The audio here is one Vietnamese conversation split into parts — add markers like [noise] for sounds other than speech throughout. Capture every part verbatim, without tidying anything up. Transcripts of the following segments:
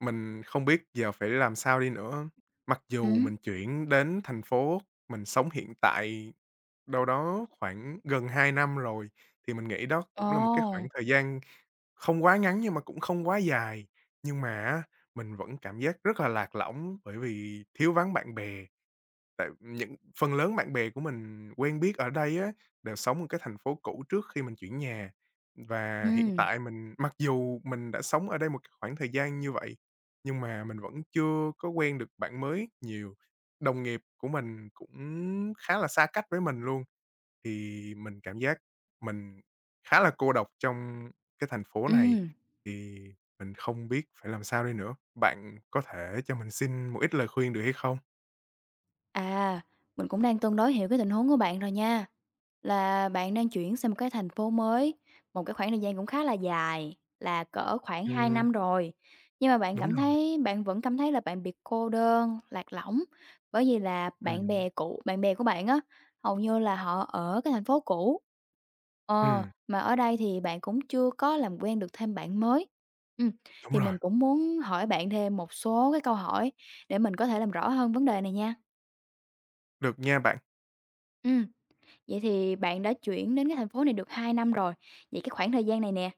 Mình không biết giờ phải làm sao đi nữa. Mặc dù Ừm, mình chuyển đến thành phố mình sống hiện tại đâu đó khoảng gần hai năm rồi, thì mình nghĩ đó cũng là một cái khoảng ồ, thời gian không quá ngắn nhưng mà cũng không quá dài. Nhưng mà á, mình vẫn cảm giác rất là lạc lõng bởi vì thiếu vắng bạn bè. Tại những phần lớn bạn bè của mình quen biết ở đây á, đều sống ở cái thành phố cũ trước khi mình chuyển nhà. Và hiện ừm, tại, mình mặc dù mình đã sống ở đây một khoảng thời gian như vậy, nhưng mà mình vẫn chưa có quen được bạn mới nhiều. Đồng nghiệp của mình cũng khá là xa cách với mình luôn, thì mình cảm giác mình khá là cô độc trong cái thành phố này, ừm. thì mình không biết phải làm sao đây nữa. Bạn có thể cho mình xin một ít lời khuyên được hay không? À, mình cũng đang tương đối hiểu cái tình huống của bạn rồi nha. Là bạn đang chuyển sang một cái thành phố mới, một cái khoảng thời gian cũng khá là dài, là cỡ khoảng hai Ừm. năm rồi. Nhưng mà bạn Đúng cảm rồi. thấy bạn vẫn cảm thấy là bạn bị cô đơn, lạc lõng bởi vì là bạn Ừm, bè cũ, bạn bè của bạn á, hầu như là họ ở cái thành phố cũ. Ờ, ừm, mà ở đây thì bạn cũng chưa có làm quen được thêm bạn mới. Ừm, đúng thì rồi, mình cũng muốn hỏi bạn thêm một số cái câu hỏi để mình có thể làm rõ hơn vấn đề này nha. được nha bạn. ừ Vậy thì bạn đã chuyển đến cái thành phố này được hai năm rồi, vậy cái khoảng thời gian này nè,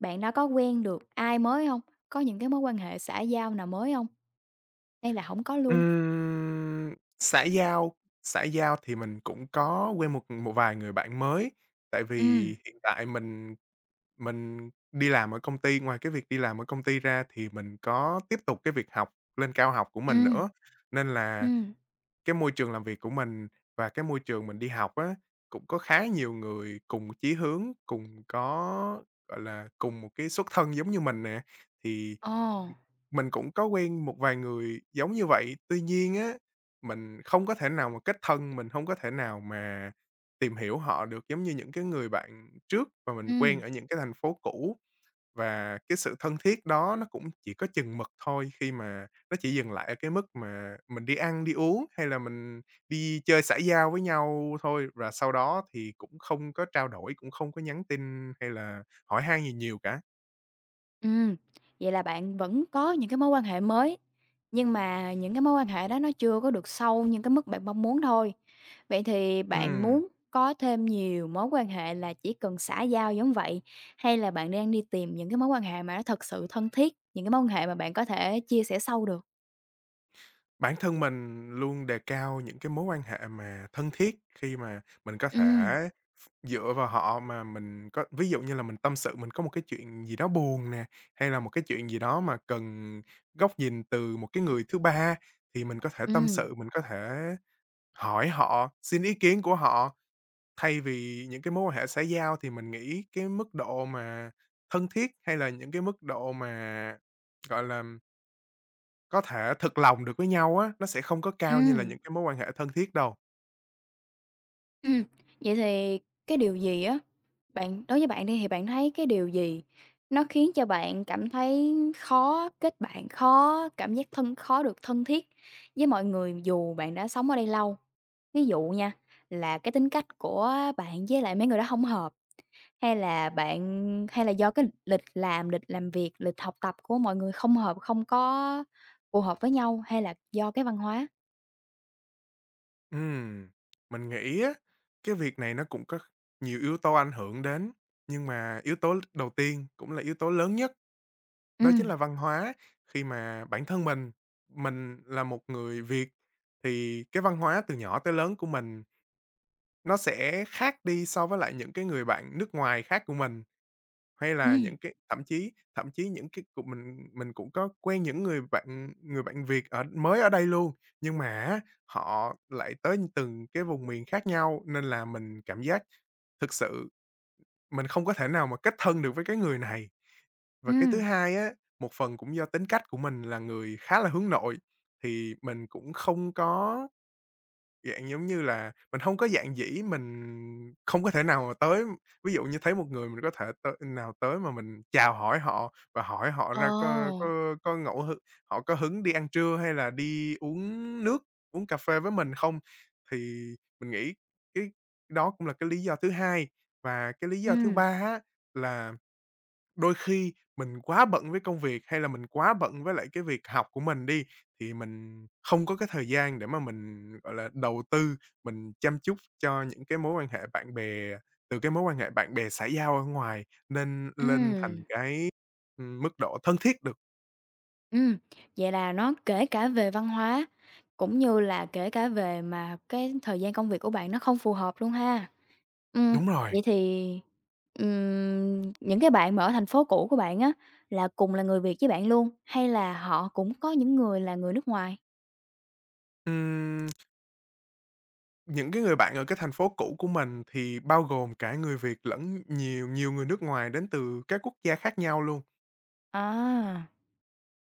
bạn đã có quen được ai mới không? Có những cái mối quan hệ xã giao nào mới không? Hay là không có luôn? Ừm, xã giao xã giao thì mình cũng có quen một một vài người bạn mới, tại vì Ừm, hiện tại mình mình đi làm ở công ty, ngoài cái việc đi làm ở công ty ra thì mình có tiếp tục cái việc học lên cao học của mình ừm, nữa, nên là ừm. cái môi trường làm việc của mình và cái môi trường mình đi học á, cũng có khá nhiều người cùng chí hướng, cùng có, gọi là, cùng một cái xuất thân giống như mình nè, thì Ồ! mình cũng có quen một vài người giống như vậy. Tuy nhiên á, mình không có thể nào mà kết thân, mình không có thể nào mà tìm hiểu họ được giống như những cái người bạn trước mà mình quen Ừm. ở những cái thành phố cũ. Và cái sự thân thiết đó nó cũng chỉ có chừng mực thôi, khi mà nó chỉ dừng lại ở cái mức mà mình đi ăn, đi uống hay là mình đi chơi xã giao với nhau thôi. Và sau đó thì cũng không có trao đổi, cũng không có nhắn tin hay là hỏi han gì nhiều cả. Ừm, vậy là bạn vẫn có những cái mối quan hệ mới, nhưng mà những cái mối quan hệ đó nó chưa có được sâu như cái mức bạn mong muốn thôi. Vậy thì bạn Ừm, muốn có thêm nhiều mối quan hệ là chỉ cần xã giao giống vậy, hay là bạn đang đi tìm những cái mối quan hệ mà nó thật sự thân thiết, những cái mối quan hệ mà bạn có thể chia sẻ sâu được? bản thân mình luôn đề cao những cái mối quan hệ mà thân thiết, khi mà mình có Ừm, thể dựa vào họ, mà mình có, ví dụ như là mình tâm sự, mình có một cái chuyện gì đó buồn nè, hay là một cái chuyện gì đó mà cần góc nhìn từ một cái người thứ ba, thì mình có thể tâm ừm, sự, mình có thể hỏi họ, xin ý kiến của họ. Thay vì những cái mối quan hệ xã giao thì mình nghĩ cái mức độ mà thân thiết, hay là những cái mức độ mà, gọi là, có thể thực lòng được với nhau á, nó sẽ không có cao như là ừm, những cái mối quan hệ thân thiết đâu. ừm. [clears throat] Vậy thì cái điều gì á? Bạn đối với bạn đi thì bạn thấy cái điều gì nó khiến cho bạn cảm thấy khó kết bạn, khó cảm giác thân khó được thân thiết với mọi người dù bạn đã sống ở đây lâu? Ví dụ nha, là cái tính cách của bạn với lại mấy người đó không hợp, hay là bạn hay là do cái lịch làm, lịch làm việc, lịch học tập của mọi người không hợp, không có phù hợp với nhau, hay là do cái văn hóa? Ừm, mình nghĩ á, cái việc này nó cũng có nhiều yếu tố ảnh hưởng đến, nhưng mà yếu tố đầu tiên cũng là yếu tố lớn nhất, đó chính Ừm, là văn hóa. Khi mà bản thân mình, mình là một người Việt thì cái văn hóa từ nhỏ tới lớn của mình nó sẽ khác đi so với lại những cái người bạn nước ngoài khác của mình. Hay là ừm, những cái thậm chí thậm chí những cái cục mình mình cũng có quen những người bạn người bạn Việt ở mới ở đây luôn, nhưng mà á, họ lại tới từng cái vùng miền khác nhau, nên là mình cảm giác thực sự mình không có thể nào mà kết thân được với cái người này. Và cái thứ ừm. hai á, một phần cũng do tính cách của mình là người khá là hướng nội, thì mình cũng không có dạng giống như là mình hông có dạn dĩ, mình không có thể nào mà tới, ví dụ như thấy một người mình có thể tới nào tới mà mình chào hỏi họ và hỏi họ Ồ! ra có có có ngẫu hứng, họ có hứng đi ăn trưa hay là đi uống nước, uống cà phê với mình không. Thì mình nghĩ cái đó cũng là cái lý do thứ hai. Và cái lý do thứ Ừm, ba á, là đôi khi mình quá bận với công việc hay là mình quá bận với lại cái việc học của mình đi, thì mình không có cái thời gian để mà mình, gọi là, đầu tư, mình chăm chút cho những cái mối quan hệ bạn bè, từ cái mối quan hệ bạn bè xã giao ở ngoài nên lên ừm. thành cái, ừm, mức độ thân thiết được. ừ vậy là nó kể cả về văn hóa, cũng như là kể cả về mà cái thời gian công việc của bạn nó không phù hợp luôn ha. ừ Đúng rồi. vậy thì, ừm, những cái bạn mà ở thành phố cũ của bạn á, là cùng là người Việt với bạn luôn, hay là họ cũng có những người là người nước ngoài? Ừm, những cái người bạn ở cái thành phố cũ của mình thì bao gồm cả người Việt lẫn nhiều nhiều người nước ngoài đến từ các quốc gia khác nhau luôn. À,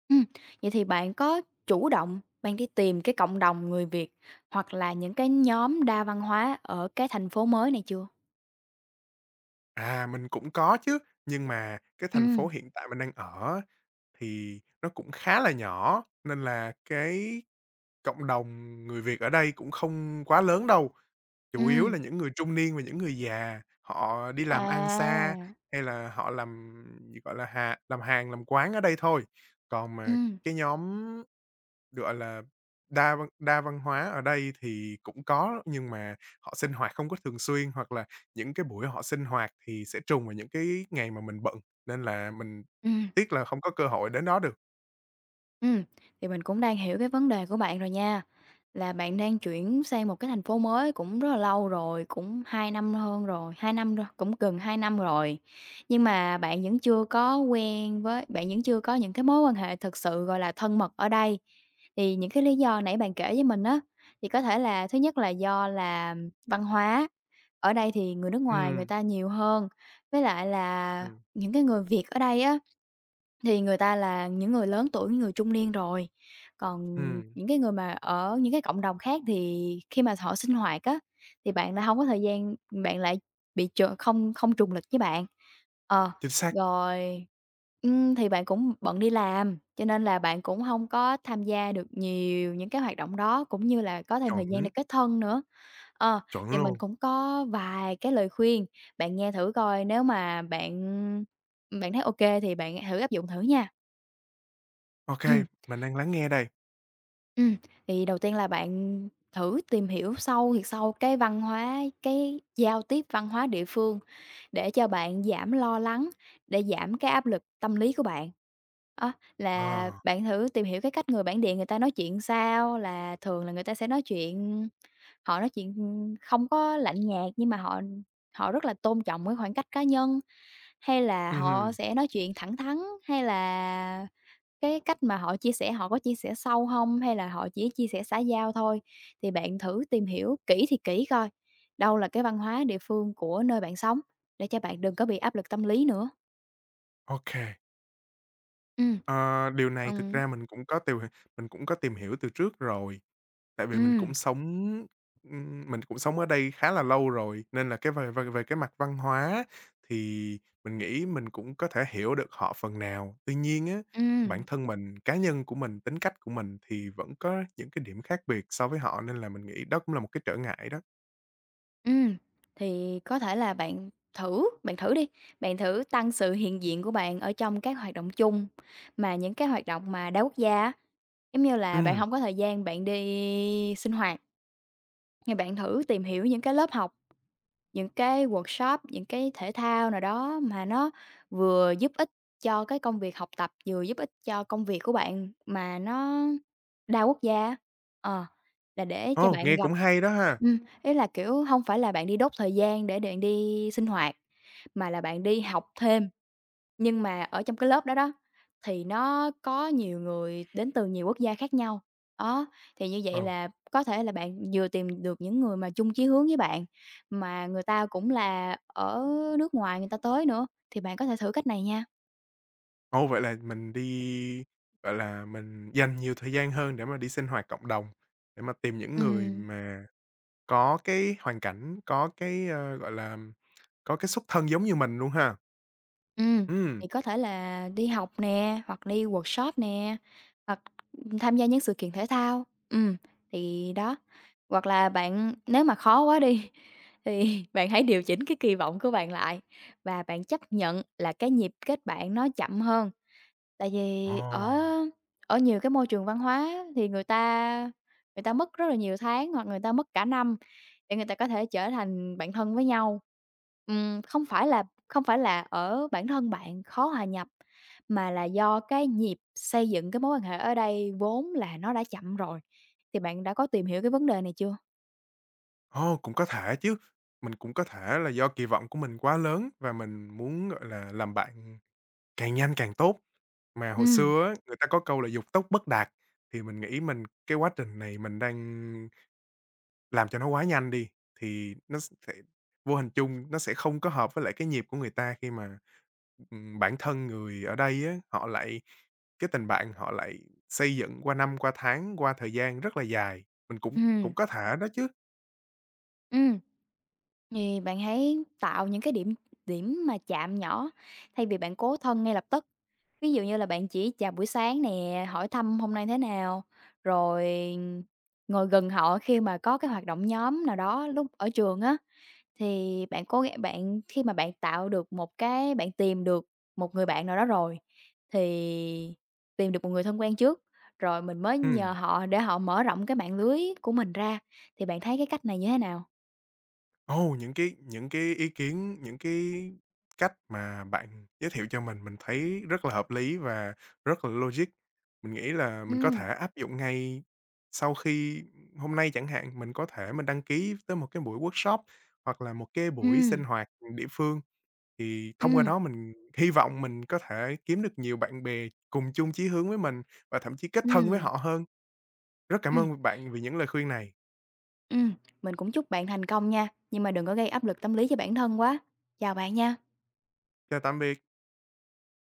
ừm, vậy thì bạn có chủ động bạn đi tìm cái cộng đồng người Việt, hoặc là những cái nhóm đa văn hóa ở cái thành phố mới này chưa? À, mình cũng có chứ, nhưng mà cái Ừ thành phố hiện tại mình đang ở thì nó cũng khá là nhỏ, nên là cái cộng đồng người Việt ở đây cũng không quá lớn đâu. Chủ yếu ừ là những người trung niên và những người già, họ đi làm ăn xa à, hay là họ làm, gì, gọi là, hà làm hàng, làm quán ở đây thôi. Còn mà ừm. cái nhóm, gọi là, đa văn đa văn hóa ở đây thì cũng có, nhưng mà họ sinh hoạt không có thường xuyên, hoặc là những cái buổi họ sinh hoạt thì sẽ trùng vào những cái ngày mà mình bận, nên là mình Ừ, tiếc là không có cơ hội đến đó được. ừm, thì mình cũng đang hiểu cái vấn đề của bạn rồi nha, là bạn đang chuyển sang một cái thành phố mới cũng rất là lâu rồi, cũng hai năm hơn rồi, hai năm rồi, cũng gần hai năm rồi. Nhưng mà bạn vẫn chưa có quen với bạn vẫn chưa có những cái mối quan hệ thực sự, gọi là, thân mật ở đây. Thì những cái lý do nãy bạn kể với mình á, thì có thể là thứ nhất là do là văn hóa, ở đây thì người nước ngoài người Ừm, ta nhiều hơn, với lại là ừm, những cái người Việt ở đây á, thì người ta là những người lớn tuổi, những người trung niên rồi, còn ừm, những cái người mà ở những cái cộng đồng khác thì khi mà họ sinh hoạt á, thì bạn lại không có thời gian, bạn lại bị ch không không trùng lịch với bạn. Ờ, chính xác, rồi, ừm, thì bạn cũng bận đi làm, cho nên là bạn cũng không có tham gia được nhiều những cái hoạt động đó, cũng như là có thêm thời gian để chuẩn, kết thân nữa. Ờ, chuẩn thì mình luôn. cũng có vài cái lời khuyên, bạn nghe thử coi nếu mà bạn bạn thấy ok thì bạn thử áp dụng thử nha. OK, Ừm, mình đang lắng nghe đây. ừm, thì đầu tiên là bạn thử tìm hiểu sâu thiệt sâu cái văn hóa, cái giao tiếp văn hóa địa phương để cho bạn giảm lo lắng, để giảm cái áp lực tâm lý của bạn. Á, là Ờ, bạn thử tìm hiểu cái cách người bản địa người ta nói chuyện sao, là thường là người ta sẽ nói chuyện. Họ nói chuyện, không có lạnh nhạt nhưng mà họ họ rất là tôn trọng cái khoảng cách cá nhân, hay là họ ừm, sẽ nói chuyện thẳng thắn, hay là cái cách mà họ chia sẻ họ có chia sẻ sâu hông, hay là họ chỉ chia sẻ xã giao thôi. Thì bạn thử tìm hiểu kỹ thì kỹ coi, đâu là cái văn hóa địa phương của nơi bạn sống, để cho bạn đừng có bị áp lực tâm lý nữa. ô, Ừm. Ờ, điều này thực Ừm, ra mình cũng có tìm mình cũng có tìm hiểu từ trước rồi. Tại vì mình ừm, cũng sống ừm, mình cũng sống ở đây khá là lâu rồi, nên là cái về về về cái mặt văn hóa thì mình nghĩ mình cũng có thể hiểu được họ phần nào. Tuy nhiên á, bản ừm. thân mình, cá nhân của mình, tính cách của mình thì vẫn có những cái điểm khác biệt so với họ, nên là mình nghĩ đó cũng là một cái trở ngại đó. Ừm, thì có thể là bạn thử bạn thử đi, bạn thử tăng sự hiện diện của bạn ở trong các hoạt động chung, mà những cái hoạt động mà đa quốc gia á, giống như là bạn Ừm, không có thời gian bạn đi sinh hoạt, thì bạn thử tìm hiểu những cái lớp học, những cái workshop, những cái thể thao nào đó mà nó vừa giúp ích cho cái công việc học tập, vừa giúp ích cho công việc của bạn mà nó đa quốc gia. Ờ, là để cho ồ, bạn nghe gặp. cũng hay đó ha! Ừm, ý là, kiểu, hông phải là bạn đi đốt thời gian để bạn đi sinh hoạt, mà là bạn đi học thêm. Nhưng mà ở trong cái lớp đó đó, thì nó có nhiều người đến từ nhiều quốc gia khác nhau. Đó, thì như Ồ, vậy là có thể là bạn vừa tìm được những người mà chung chí hướng với bạn, mà người ta cũng là ở nước ngoài người ta tới nữa, thì bạn có thể thử cách này nha. ồ, vậy là mình đi, gọi là, mình dành nhiều thời gian hơn để mà đi sinh hoạt cộng đồng, để mà tìm những người Ừm. mà có cái hoàn cảnh, có cái, ơ, gọi là, có cái xuất thân giống như mình luôn ha? Ừm, Ừm. thì có thể là đi học nè, hoặc đi workshop nè, hoặc tham gia những sự kiện thể thao. Ừm, thì đó. Hoặc là bạn nếu mà khó quá đi [laughs] thì bạn hãy điều chỉnh cái kỳ vọng của bạn lại và bạn chấp nhận là cái nhịp kết bạn nó chậm hơn. Tại Ồ, vì ở ở nhiều cái môi trường văn hóa thì người ta người ta mất rất là nhiều tháng hoặc người ta mất cả năm để người ta có thể trở thành bạn thân với nhau. Ừm, không phải là không phải là ở bản thân bạn khó hòa nhập, mà là do cái nhịp xây dựng cái mối quan hệ ở đây vốn là nó đã chậm rồi. Thì bạn đã có tìm hiểu cái vấn đề này chưa? ồ, cũng có thể chứ, mình cũng có thể là do kỳ vọng của mình quá lớn và mình muốn, gọi là, làm bạn càng nhanh càng tốt. Mà hồi Ừm, xưa á, người ta có câu là "Dục tốc bất đạt", thì mình nghĩ mình cái quá trình này mình đang làm cho nó quá nhanh đi, thì nó sẽ vô hình chung nó sẽ không có hợp với lại cái nhịp của người ta khi mà, ừm, bản thân người ở đây á, họ lại cái tình bạn họ lại xây dựng qua năm, qua tháng, qua thời gian rất là dài, mình cũng ừm, cũng có thể đó chứ. ừm, thì bạn hãy tạo những cái điểm điểm mà chạm nhỏ thay vì bạn cố thân ngay lập tức. Ví dụ như là bạn chỉ chào buổi sáng nè, hỏi thăm hôm nay thế nào, rồi ngồi gần họ khi mà có cái hoạt động nhóm nào đó lúc ở trường á. Thì bạn cố gắng bạn khi mà bạn tạo được một cái bạn tìm được một người bạn nào đó rồi, thì tìm được một người thân quen trước, rồi mình mới nhờ Ừm. họ để họ mở rộng cái mạng lưới của mình ra, thì bạn thấy cái cách này như thế nào? Ồ, những cái những cái ý kiến, những cái cách mà bạn giới thiệu cho mình, mình thấy rất là hợp lý và rất là logic. Mình nghĩ là mình có Ừm, thể áp dụng ngay sau khi hôm nay chẳng hạn, mình có thể mình đăng ký tới một cái buổi workshop hoặc là một cái buổi ừm, sinh hoạt, địa phương. Thì thông qua ừm, đó mình hy vọng mình có thể kiếm được nhiều bạn bè cùng chung chí hướng với mình và thậm chí kết thân với ừm, họ hơn. Rất cảm ừm, ơn bạn vì những lời khuyên này. ừm. Mình cũng chúc bạn thành công nha, nhưng mà đừng có gây áp lực tâm lý cho bản thân quá. Chào bạn nha. Chào tạm biệt.